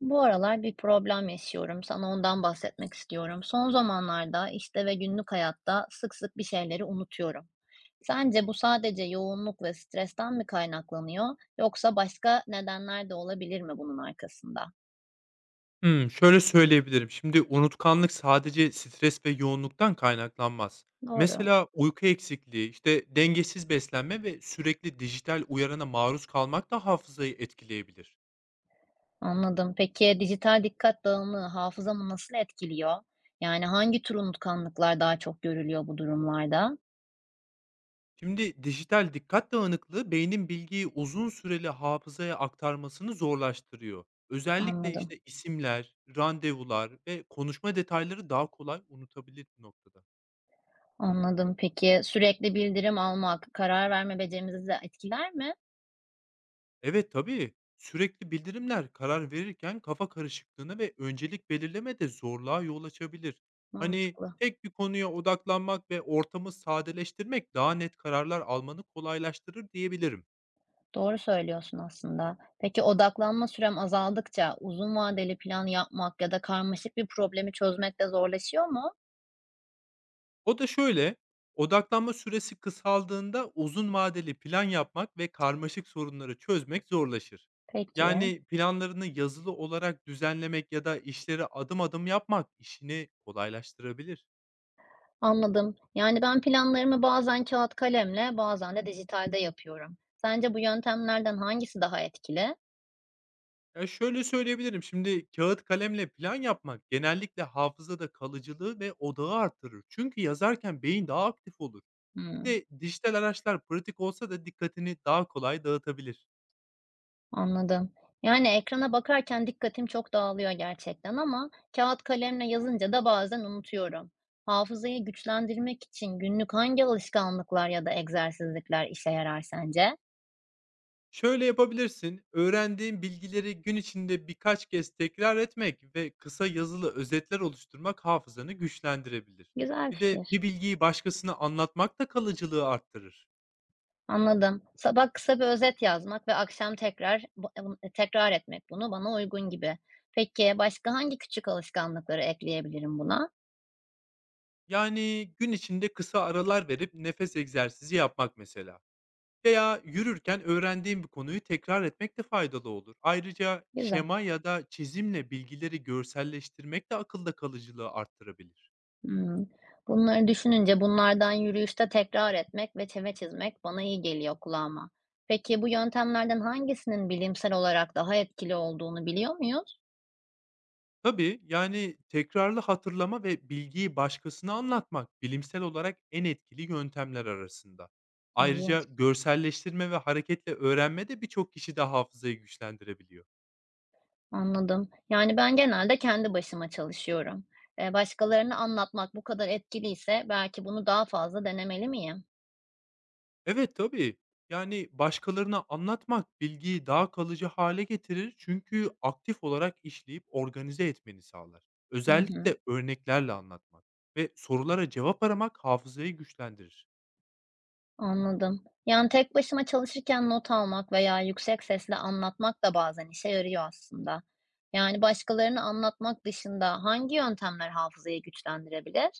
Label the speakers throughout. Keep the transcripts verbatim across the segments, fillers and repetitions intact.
Speaker 1: Bu aralar bir problem yaşıyorum. Sana ondan bahsetmek istiyorum. Son zamanlarda işte ve günlük hayatta sık sık bir şeyleri unutuyorum. Sence bu sadece yoğunluk ve stresten mi kaynaklanıyor, yoksa başka nedenler de olabilir mi bunun arkasında?
Speaker 2: Hımm, şöyle söyleyebilirim. Şimdi unutkanlık sadece stres ve yoğunluktan kaynaklanmaz.
Speaker 1: Doğru,
Speaker 2: Mesela uyku eksikliği, işte, dengesiz beslenme ve sürekli dijital uyarana maruz kalmak da hafızayı etkileyebilir.
Speaker 1: anladım. Peki dijital dikkat dağınıklığı hafızamı nasıl etkiliyor? Yani hangi tür unutkanlıklar daha çok görülüyor bu durumlarda?
Speaker 2: Şimdi dijital dikkat dağınıklığı beynin bilgiyi uzun süreli hafızaya aktarmasını zorlaştırıyor. Özellikle,
Speaker 1: Anladım,
Speaker 2: işte, isimler, randevular ve konuşma detayları daha kolay unutabilir bu noktada.
Speaker 1: anladım. Peki sürekli bildirim almak karar verme becerimizi de etkiler mi?
Speaker 2: Evet, tabii. Sürekli bildirimler karar verirken kafa karışıklığına ve öncelik belirlemede zorluğa yol açabilir. Hani
Speaker 1: Mantıklı.
Speaker 2: tek bir konuya odaklanmak ve ortamı sadeleştirmek daha net kararlar almanı kolaylaştırır diyebilirim.
Speaker 1: Doğru söylüyorsun aslında. Peki odaklanma sürem azaldıkça uzun vadeli plan yapmak ya da karmaşık bir problemi çözmek de zorlaşıyor mu?
Speaker 2: O da şöyle, odaklanma süresi kısaldığında uzun vadeli plan yapmak ve karmaşık sorunları çözmek zorlaşır.
Speaker 1: Peki,
Speaker 2: Yani planlarını yazılı olarak düzenlemek ya da işleri adım adım yapmak işini kolaylaştırabilir.
Speaker 1: anladım. Yani ben planlarımı bazen kağıt kalemle, bazen de dijitalde yapıyorum. Sence bu yöntemlerden hangisi daha etkili?
Speaker 2: Ya, şöyle söyleyebilirim, şimdi kağıt kalemle plan yapmak genellikle hafızada kalıcılığı ve odağı artırır. Çünkü yazarken beyin daha aktif olur. Bir
Speaker 1: Hmm.
Speaker 2: de dijital araçlar pratik olsa da dikkatini daha kolay dağıtabilir.
Speaker 1: Anladım. Yani ekrana bakarken dikkatim çok dağılıyor gerçekten ama kağıt kalemle yazınca da bazen unutuyorum. Hafızayı güçlendirmek için günlük hangi alışkanlıklar ya da egzersizlikler işe yarar sence?
Speaker 2: Şöyle yapabilirsin, öğrendiğin bilgileri gün içinde birkaç kez tekrar etmek ve kısa yazılı özetler oluşturmak hafızanı güçlendirebilir.
Speaker 1: Güzel
Speaker 2: Bir de
Speaker 1: fikir.
Speaker 2: bir bilgiyi başkasına anlatmak da kalıcılığı arttırır.
Speaker 1: Anladım. Sabah kısa bir özet yazmak ve akşam tekrar bu- bu- tekrar etmek bunu bana uygun gibi. Peki başka hangi küçük alışkanlıkları ekleyebilirim buna?
Speaker 2: Yani gün içinde kısa aralar verip nefes egzersizi yapmak mesela. Veya yürürken öğrendiğim bir konuyu tekrar etmek de faydalı olur. Ayrıca
Speaker 1: Güzel.
Speaker 2: şema ya da çizimle bilgileri görselleştirmek de akılda kalıcılığı arttırabilir.
Speaker 1: Hımm. Bunları düşününce bunlardan yürüyüşte tekrar etmek ve çeve çizmek bana iyi geliyor kulağıma. Peki bu yöntemlerden hangisinin bilimsel olarak daha etkili olduğunu biliyor muyuz?
Speaker 2: Tabii yani tekrarlı hatırlama ve bilgiyi başkasına anlatmak bilimsel olarak en etkili yöntemler arasında. Ayrıca
Speaker 1: İlginç,
Speaker 2: görselleştirme ve hareketle öğrenme de birçok kişi de hafızayı güçlendirebiliyor.
Speaker 1: anladım. Yani ben genelde kendi başıma çalışıyorum. Eee, başkalarına anlatmak bu kadar etkiliyse belki bunu daha fazla denemeli miyim?
Speaker 2: Evet, tabii. Yani, başkalarına anlatmak bilgiyi daha kalıcı hale getirir çünkü aktif olarak işleyip organize etmeni sağlar.
Speaker 1: Hı hı.
Speaker 2: Özellikle örneklerle anlatmak ve sorulara cevap aramak hafızayı güçlendirir.
Speaker 1: Anladım. Yani tek başıma çalışırken not almak veya yüksek sesle anlatmak da bazen işe yarıyor aslında. Yani başkalarını anlatmak dışında hangi yöntemler hafızayı güçlendirebilir?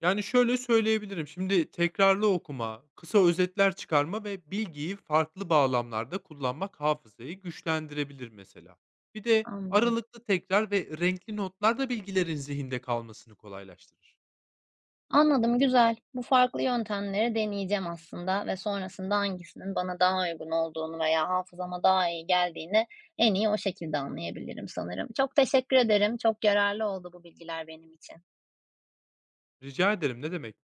Speaker 2: Yani, şöyle söyleyebilirim, şimdi tekrarlı okuma, kısa özetler çıkarma ve bilgiyi farklı bağlamlarda kullanmak hafızayı güçlendirebilir mesela. Bir de
Speaker 1: Anladım.
Speaker 2: aralıklı tekrar ve renkli notlar da bilgilerin zihinde kalmasını kolaylaştırır.
Speaker 1: Anladım, güzel. Bu farklı yöntemleri deneyeceğim aslında ve sonrasında hangisinin bana daha uygun olduğunu veya hafızama daha iyi geldiğini en iyi o şekilde anlayabilirim sanırım. Çok teşekkür ederim. Çok yararlı oldu bu bilgiler benim için.
Speaker 2: Rica ederim, ne demek.